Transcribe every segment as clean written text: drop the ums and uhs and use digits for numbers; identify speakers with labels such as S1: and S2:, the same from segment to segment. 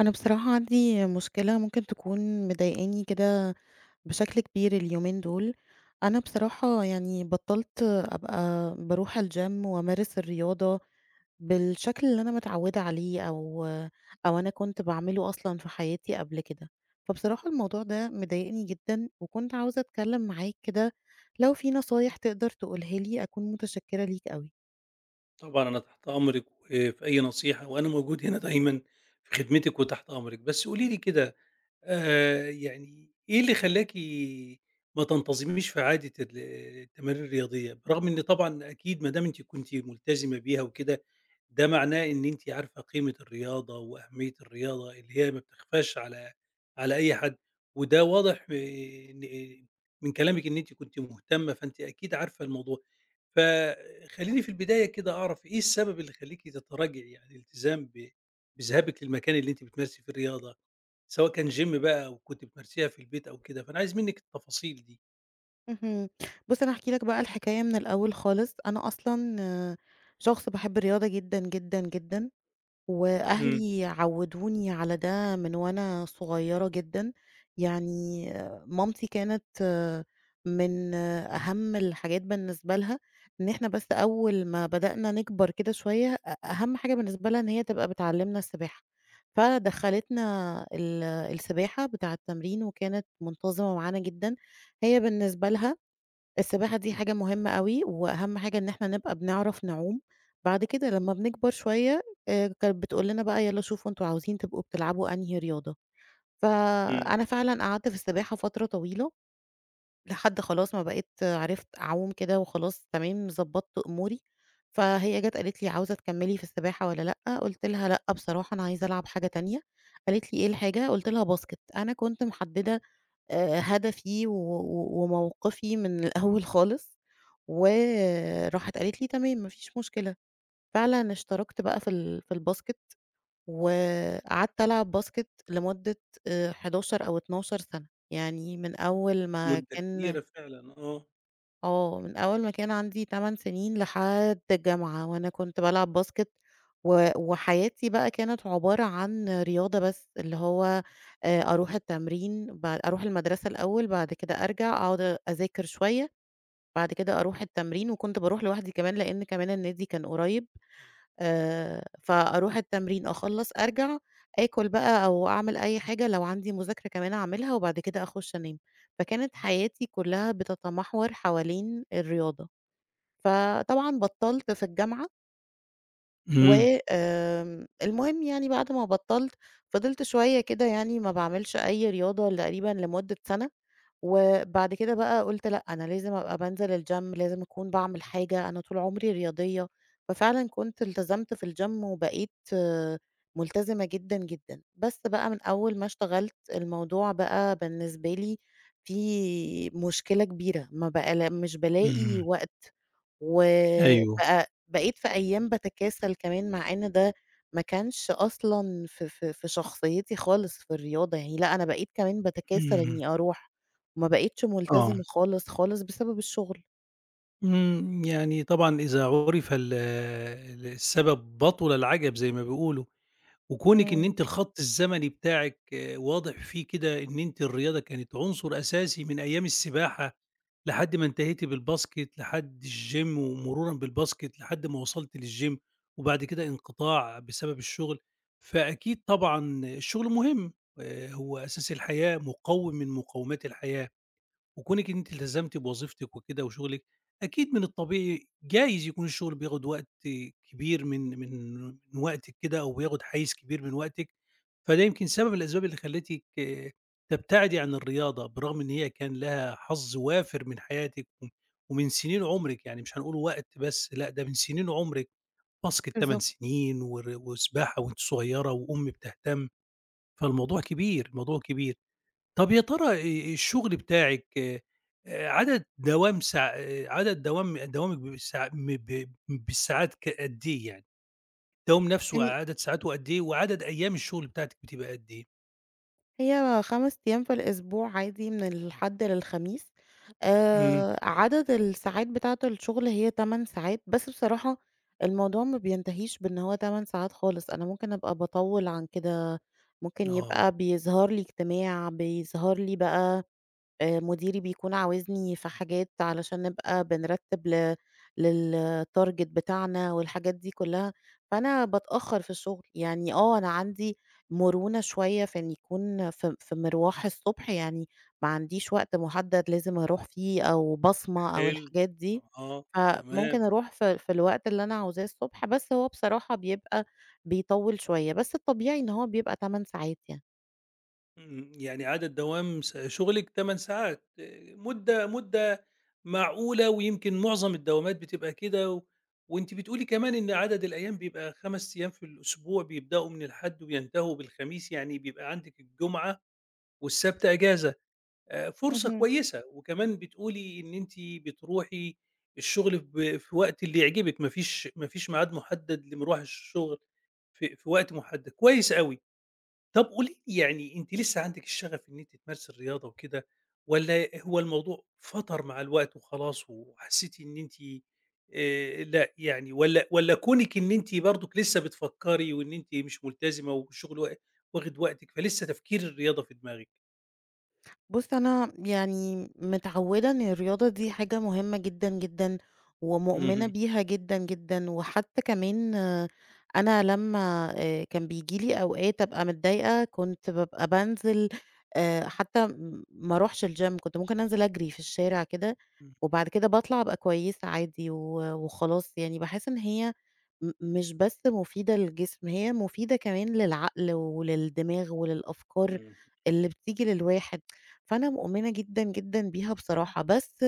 S1: أنا بصراحة عندي مشكلة ممكن تكون مضايقاني كده بشكل كبير اليومين دول. أنا بصراحة يعني بطلت أبقى بروح الجيم وأمارس الرياضة بالشكل اللي أنا متعودة عليه أو أنا كنت بعمله أصلا في حياتي قبل كده. فبصراحة الموضوع ده مضايقني جدا وكنت عاوزة أتكلم معاك كده، لو في نصايح تقدر تقولها لي أكون متشكرة ليك أوي.
S2: طبعًا أنا تحت أمرِك، وفي أي نصيحة وأنا موجود هنا دايمًا في خدمتِك وتحت أمرِك، بس قولي لي كده، يعني إيه اللي خلّاكِ ما تنتظميش في عادة التمارين الرياضية؟ برغم إن طبعًا أكيد ما دام أنتِ كنتِ ملتزمة بيها وكده، ده معناه إن أنتِ عارفة قيمة الرياضة وأهمية الرياضة اللي هي ما بتخفاش على أي حد، وده واضح. آه، إن إيه، من كلامِك إن أنتِ كنتِ مهتمة، فأنتِ أكيد عارفة الموضوع. فخلّيني في البداية كده أعرف إيه السبب اللي يخلّيكِ تتراجعي عن الالتزام بذهابِك للمكان اللي أنتِ بتمارسي فيه الرياضة؟ سواء كان gym بقى أو كنتِ بتمارسيها في البيت أو كده، فأنا عايز منِّك التفاصيل دي.
S1: اهم. بُص أنا هاحكي لك بقى الحكاية من الأول خالص، أنا أصلًا شخص باحب الرياضة جدًا، جدًا، جدًا،
S2: إمم.
S1: وأهلي عوّدوني على ده من وأنا صغيرة جدًا، يعني مامتي كانت من أهم الحاجات بالنسبة لها، إن إحنا بس أول ما بدأنا نكبر كده شوية أهم حاجة بالنسبة لها إن هي تبقى بتعلّمنا السباحة، فدخّلتنا السباحة بتاع التمرين وكانت منتظمة معانا جدًا، هي بالنسبة لها السباحة دي حاجة مهمة أوي، وأهم حاجة إن إحنا نبقى بنعرف نعوم. بعد كده لمّا بنكبر شوية كانت بتقول لنا بقى يالّا شوفوا أنتم عاوزين تبقوا بتلعبوا أنهي رياضة؟
S2: إمم.
S1: فأنا فعلًا قعدت في السباحة فترة طويلة، لحد خلاص ما بقيت عرفت أعوم كده وخلاص تمام ضبطت أموري، فهي جات قالت لي: "عاوزة تكمّلي في السباحة والّا لأ؟" قُلت لها: "لأ بصراحة أنا عايزة ألعب حاجة تانية." قالت لي: "إيه الحاجة؟" قُلت لها: "باسكت." أنا كنت محددة هدفي و و وموقفي من الأول خالص، وراحت قالت لي: "تمام ما فيش مشكلة." فعلًا اشتركت بقى في الباسكت، وقعدت ألعب باسكت لمدة 11 أو 12 سَنة، يعني
S2: مدة كبيرة فعلًا، آه.
S1: من أول ما كان عندي 8 سنين لحد الجامعة، وأنا كنت بالعب باسكت، وحياتي بقى كانت عبارة عن رياضة بس، اللي هو أروح التمرين، بعد أروح المدرسة الأول، بعد كده أرجع أقعد أذاكر شوية، بعد كده أروح التمرين، وكنت باروح لوحدي كمان لإن كمان النادي كان قريب. فأروح التمرين، أخلّص، أرجع، آكل بقى أو أعمل أي حاجة، لو عندي مذاكرة كمان أعملها، وبعد كده أخُش أنام. فكانت حياتي كلّها بتتمحور حوالين الرياضة. فطبعًا بطّلت في الجامعة. و
S2: إمم.
S1: آمم، المهم يعني بعد ما بطّلت، فضلت شوية كده يعني ما باعملش أي رياضة تقريبًا لمدة سَنة، وبعد كده بقى قُلت لأ، أنا لازم أبقى بانزل الGym، لازم أكون باعمل حاجة، أنا طول عمري رياضية، ففعلًا كنت التزمت في الGym وبقيت ملتزمة جدًا، جدًا. بس بقى من أول ما اشتغلت، الموضوع بقى بالنسبة لي فيه مشكلة كبيرة، ما بقى مش بالاقي
S2: إمم.
S1: وقت.
S2: أيوه.
S1: وبقى بقيت في أيام باتكاسل كمان مع إن ده ما كانش أصلًا في شخصيتي خالص في الرياضة يعني، لأ أنا بقيت كمان باتكاسل
S2: إمم.
S1: إني أروح، وما بقيتش
S2: آه.
S1: ملتزمة خالص، خالص بسبب الشغل.
S2: إمم. يعني طبعًا إذا عُرف السبب بطل العجب زي ما بيقولوا. وكونِك إن
S1: إمم،
S2: أنتِ الخط الزمني بتاعِك واضح فيه كده إن أنتِ الرياضة كانت عنصر أساسي من أيام السباحة لحد ما انتهيتِ بالباسكت، لحد الgym ومرورًا بالباسكت لحد ما وصلتِ للgym وبعد كده انقطاع بسبب الشغل، فأكيد طبعًا الشغل مهم، هو أساس الحياة، مقوِّم من مقومات الحياة. وكونِك إن أنتِ التزمتِ بوظيفتِك وكده وشغلِك، أكيد من الطبيعي جايز يكون الشغل بياخد وقت كبير من وقتِك كده أو بياخد حيّز كبير من وقتِك، فده يمكن سبب من الأسباب اللي خلّتِك تبتعدي عن الرياضة، برغم إن هي كان لها حظ وافر من حياتِك و ومن سنين عُمرِك، يعني مش هنقول وقت بس لأ، ده من سنين عُمرِك، باسكت 8
S1: بالضبط.
S2: سنين ور وسباحة وأنتِ صغيّرة وأم بتهتم، فالموضوع كبير، الموضوع كبير. طب يا ترى الشغل بتاعِك، آآ عدد دوام ساع عدد دوامِك بالساع م ب بالساعات قد إيه يعني؟ الدوام نفسه
S1: يعني
S2: عدد ساعاته قد إيه، وعدد أيام الشغل بتاعتِك بتبقى قد إيه؟
S1: هي 5 أيام في الأسبوع عادي من الحد للخميس،
S2: إمم،
S1: عدد الساعات بتاعة الشغل هي 8 ساعات، بس بصراحة الموضوع ما بينتهيش بإن هو 8 ساعات خالص، أنا ممكن أبقى باطوّل عن كده، ممكن
S2: آه.
S1: يبقى بيظهر لي اجتماع، بيظهر لي بقى مديري بيكون عاوزني في حاجات علشان نبقى بنرتّب للtarget بتاعنا والحاجات دي كلّها، فأنا باتأخّر في الشغل، يعني أنا عندي مرونة شوية في إن يكون في مِرواح الصبح، يعني ما عنديش وقت مُحدّد لازم أروح فيه أو بصمة أو
S2: حلو.
S1: الحاجات دي،
S2: آه. تمام.
S1: فممكن أروح في الوقت اللي أنا عاوزاه الصبح، بس هو بصراحة بيبقى بيطوّل شوية، بس الطبيعي إن هو بيبقى 8 ساعات يعني.
S2: إمم، يعني عدد دوام شغلِك 8 ساعات، مدة مدة معقولة ويمكن معظم الدوامات بتبقى كده، وأنتِ بتقولي كمان إن عدد الأيام بيبقى 5 أيام في الأسبوع بيبدأوا من الحد وبينتهوا بالخميس، يعني بيبقى عندِك الجمعة والسبت إجازة، فرصة
S1: اهم.
S2: كويسة، وكمان بتقولي إن أنتِ بتروحي الشغل في وقت اللي يعجبِك، ما فيش ميعاد محدد لمروح الشغل في وقت محدد، كويس أوي. طب قولي لي يعني أنتِ لسه عندِك الشغف إن أنتِ تمارسي الرياضة وكده، والّا هو الموضوع فَطَر مع الوقت وخلاص وحسيتِ إن أنتِ لأ يعني، والّا كونِك إن أنتِ برضُك لسه بتفكّري وإن أنتِ مش ملتزمة والشغل واخد وقتِك، فلسه تفكير الرياضة في دماغِك؟
S1: بُص أنا يعني متعوّدة إن الرياضة دي حاجة مهمة جدًا، جدًا، ومؤمنة
S2: اهم.
S1: بيها جدًا، جدًا، وحتى كمان أنا لمّا كان بييجي لي أوقات أبقى متضايقة كنت بابقى بانزل، حتى ما أروحش الgym كنت ممكن أنزل أجري في الشارع كده،
S2: إمم.
S1: وبعد كده باطلع أبقى كويسة عادي وخلاص يعني باحس إن هي مش بس مفيدة للجسم، هي مفيدة كمان للعقل وللدماغ وللأفكار
S2: إمم.
S1: اللي بتيجي للواحد. فأنا مؤمنة جدًا، جدًا بيها بصراحة، بس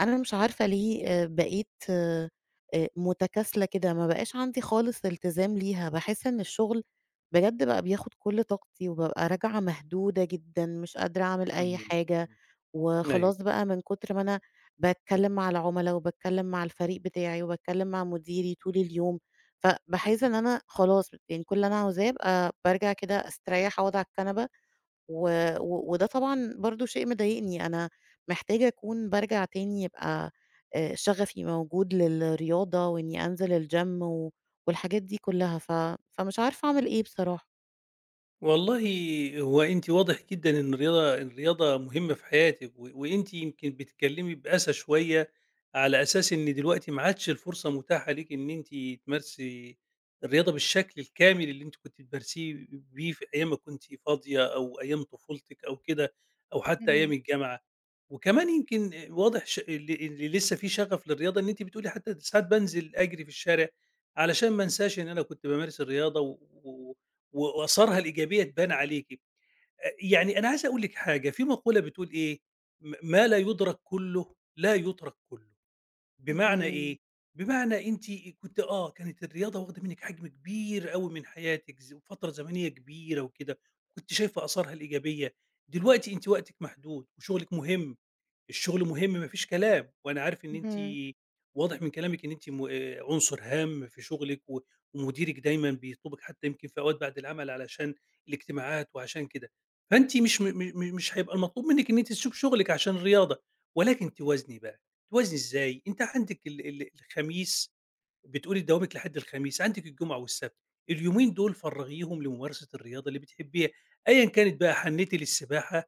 S1: أنا مش عارفة ليه بقيت متكاسلة كده، ما بقاش عندي خالص التزام ليها، باحس إن الشغل بجد بقى بياخد كل طاقتي، وبابقى راجعة مهدودة جدًا، مش قادرة أعمل أي
S2: إمم.
S1: حاجة،
S2: أيوه.
S1: وخلاص بقى من كتر ما أنا باتكلم مع العملا، وباتكلم مع الفريق بتاعي، وباتكلم مع مديري طول اليوم، فباحس إن أنا خلاص يعني كل اللي أنا عاوزاه أبقى بارجع كده أستريح أقعد على الكنبة، و و وده طبعًا برضه شيء مضايقني، أنا محتاجة أكون بارجع تاني يبقى شغفي موجود للرياضة، وإني أنزل الgym والحاجات دي كلّها، فمش عارفة أعمل إيه بصراحة.
S2: والله، هو أنتِ واضح جدًا إن الرياضة مهمة في حياتِك، وأنتِ يمكن بتتكلمي بأسى شوية على أساس إن دلوقتي ما عادش الفرصة متاحة ليكِ إن أنتِ تمارسي الرياضة بالشكل الكامل اللي أنتِ كنتِ بتمارسيه بيه في أيام ما كنتِ فاضية أو أيام طفولتِك أو كده، أو حتى أيام
S1: اهم،
S2: الجامعة. وكمان يمكن واضح ش ال اللي لسه في شغف للرياضة إن أنتِ بتقولي حتى ساعات بانزل أجري في الشارع علشان ما انساش إن أنا كنت بامارس الرياضة وآثارها الإيجابية تبان عليكِ. يعني أنا عايز أقول لِك حاجة، في مقولة بتقول إيه، "ما لا يُدرك كُلّه، لا يُترك كُلّه." بمعنى
S1: اهم،
S2: إيه، بمعنى أنتِ كنتِ آه، كانت الرياضة واخدة منِّك حجم كبير أوي من حياتِك فترة زمنية كبيرة وكده، كنتِ شايفة آثارها الإيجابية. دلوقتي أنتِ وقتِك محدود وشغلِك مهم. الشغل مهم ما فيش كلام، وأنا عارف إن أنتِ
S1: اهم،
S2: واضح من كلامِك إن أنتِ م عنصر هام في شغلِك ومديرِك دايمًا بيطلبِك حتى يمكن في أوقات بعد العمل علشان الاجتماعات وعشان كده، فأنتِ مش م م م مش هيبقى المطلوب منِك إن أنتِ تسيبي شغلِك عشان الرياضة، ولكن توازني بقى، توازني إزاي؟ أنتِ عندِك ال ال الخميس بتقولي دوامِك لحد الخميس، عندِك الجمعة والسبت، اليومين دول فرّغيهم لممارسة الرياضة اللي بتحبيها، أيًا كانت بقى. حنّيتِ للسباحة،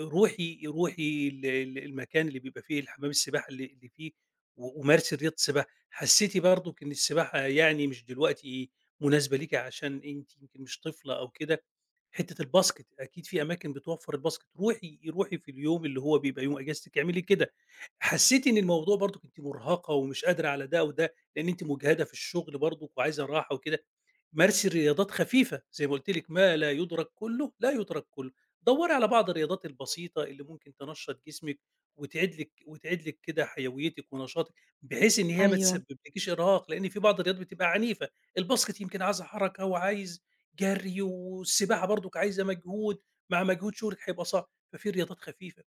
S2: روحي روحي المكان اللي بيبقى فيه الحمام السباحه اللي فيه، ومارسي رياضه السباحه. حسيتي برضو ان السباحه يعني مش دلوقتي مناسبه ليكي عشان انت يمكن مش طفله او كده، حته الباسكت اكيد في اماكن بتوفر الباسكت، روحي روحي في اليوم اللي هو بيبقى يوم اجازتك، اعملي كده. حسيتي ان الموضوع برضو كنت مرهقه ومش قادره على ده، وده لان انت مجهده في الشغل برضو وعايزه راحه وكده، مارسي رياضات خفيفة زي ما قُلت لِك، ما لا يُدرك كلّه لا يُترك كلّه، دوّري على بعض الرياضات البسيطة اللي ممكن تنشّط جسمِك وتعيد لِك كده حيويتِك ونشاطِك، بحيث إن هي ما
S1: أيوه.
S2: تسببلكيش إرهاق، لإن في بعض الرياضات بتبقى عنيفة، الباسكت يمكن عايزة حركة وعايز جري، والسباحة برضُك عايزة مجهود، مع مجهود شغلِك هيبقى صعب، ففي رياضات خفيفة.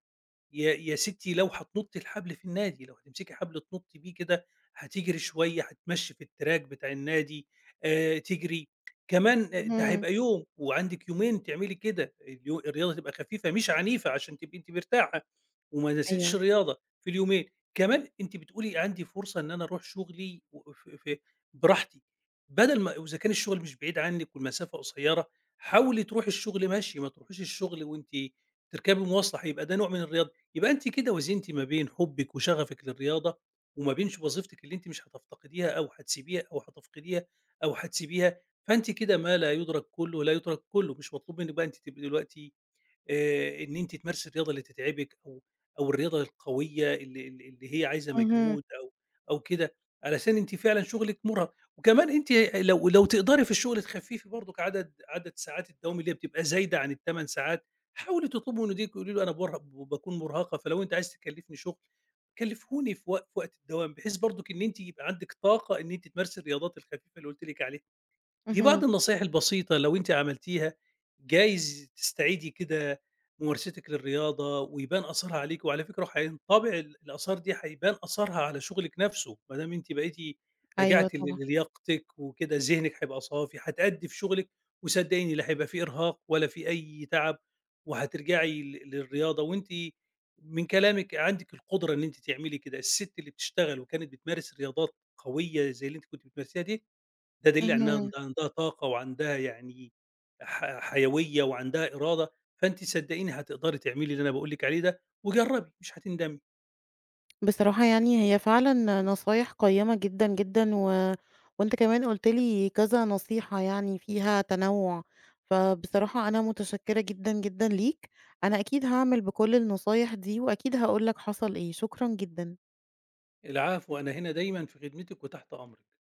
S2: يا يا ستّي لو هتنُطّي الحبل في النادي، لو هتمسكي حبل تنُطّي بيه كده، هتجري شوية، هتمشّي في الTrack بتاع النادي، تجري، كمان ده
S1: اهم،
S2: هيبقى يوم وعندِك يومين تعملي كده، الرياضة تبقى خفيفة مش عنيفة عشان تبقي أنتِ مرتاحة، وما نسيتيش
S1: أيوه.
S2: الرياضة في اليومين. كمان أنتِ بتقولي عندي فرصة إن أنا أروح شغلي و ف ف براحتي، بدل ما، وإذا كان الشغل مش بعيد عنِّك والمسافة قصيّرة، حاولي تروحي الشغل مَشْي، ما تروحيش الشغل وأنتِ بتركبي مواصلة، هيبقى ده نوع من الرياضة. يبقى أنتِ كده وزنتِ ما بين حُبِّك وشغفِك للرياضة، وما بين وظيفتِك اللي أنتِ مش هتفتقديها أو هتسيبيها أو هتفقديها أو هتسيبيها، فأنتِ كده ما لا يُدرك كُلّه لا يُترك كُلّه، مش مطلوب منِّك بقى أنتِ تبقي دلوقتي إن أنتِ تمارسي الرياضة اللي تتعبِك أو الرياضة القوية اللي اللي هي عايزة
S1: اهم،
S2: مجهود أو كده، علشان أنتِ فعلًا شغلِك مُرهق، وكمان أنتِ لو تقدري في الشغل تخفّفي برضك عدد ساعات الدوام اللي هي بتبقى زايدة عن ال8 ساعات، حاولي تطلبي من مديرِك، قولي له أنا بارهق، باكون مُرهقة، فلو أنت عايز تكلّفني شغل، كلّفهوني في وقت الدوام، بحيث برضك إن أنتِ يبقى عندِك طاقة إن أنتِ تمارسي الرياضات الخفيفة اللي قُلت لِك عليها. دي بعض
S1: اهم.
S2: النصايح البسيطة لو أنتِ عملتيها، جايز تستعيدي كده ممارستِك للرياضة ويبان أثرها عليكِ، وعلى فكرة هينطبع الآثار دي، هيبان أثرها على شغلِك نفسه، ما دام أنتِ بقيتِ
S1: أيوه
S2: رجعتِ
S1: طبعًا.
S2: للياقتِك وكده، ذهنِك هيبقى صافي، هتأدي في شغلِك وصدقيني لا هيبقى في إرهاق ولا في أي تعب، وهترجعي للرياضة، وأنتِ من كلامِك عندِك القدرة إن أنتِ تعملي كده، الست اللي بتشتغل وكانت بتمارس رياضات قوية زي اللي أنتِ كنتِ بتمارسيها دي، ده دليل على إنها
S1: اهم.
S2: عندها طاقة وعندها يعني حيوية وعندها إرادة، فأنتِ صدقيني هتقدري تعملي اللي أنا باقول لِك عليه ده، وجرّبي مش هتندمي.
S1: بصراحة يعني هي فعلًا نصايح قيّمة جدًا، جدًا وأنت كمان قُلت لي كذا نصيحة يعني فيها تنوُّع، فبصراحة أنا متشكّرة جدًا، جدًا ليك، أنا أكيد هاعمل بكل النصايح دي وأكيد هاقول لك حصل إيه، شكرًا جدًا.
S2: العفو، أنا هنا دايمًا في خدمتِك وتحت أمرِك.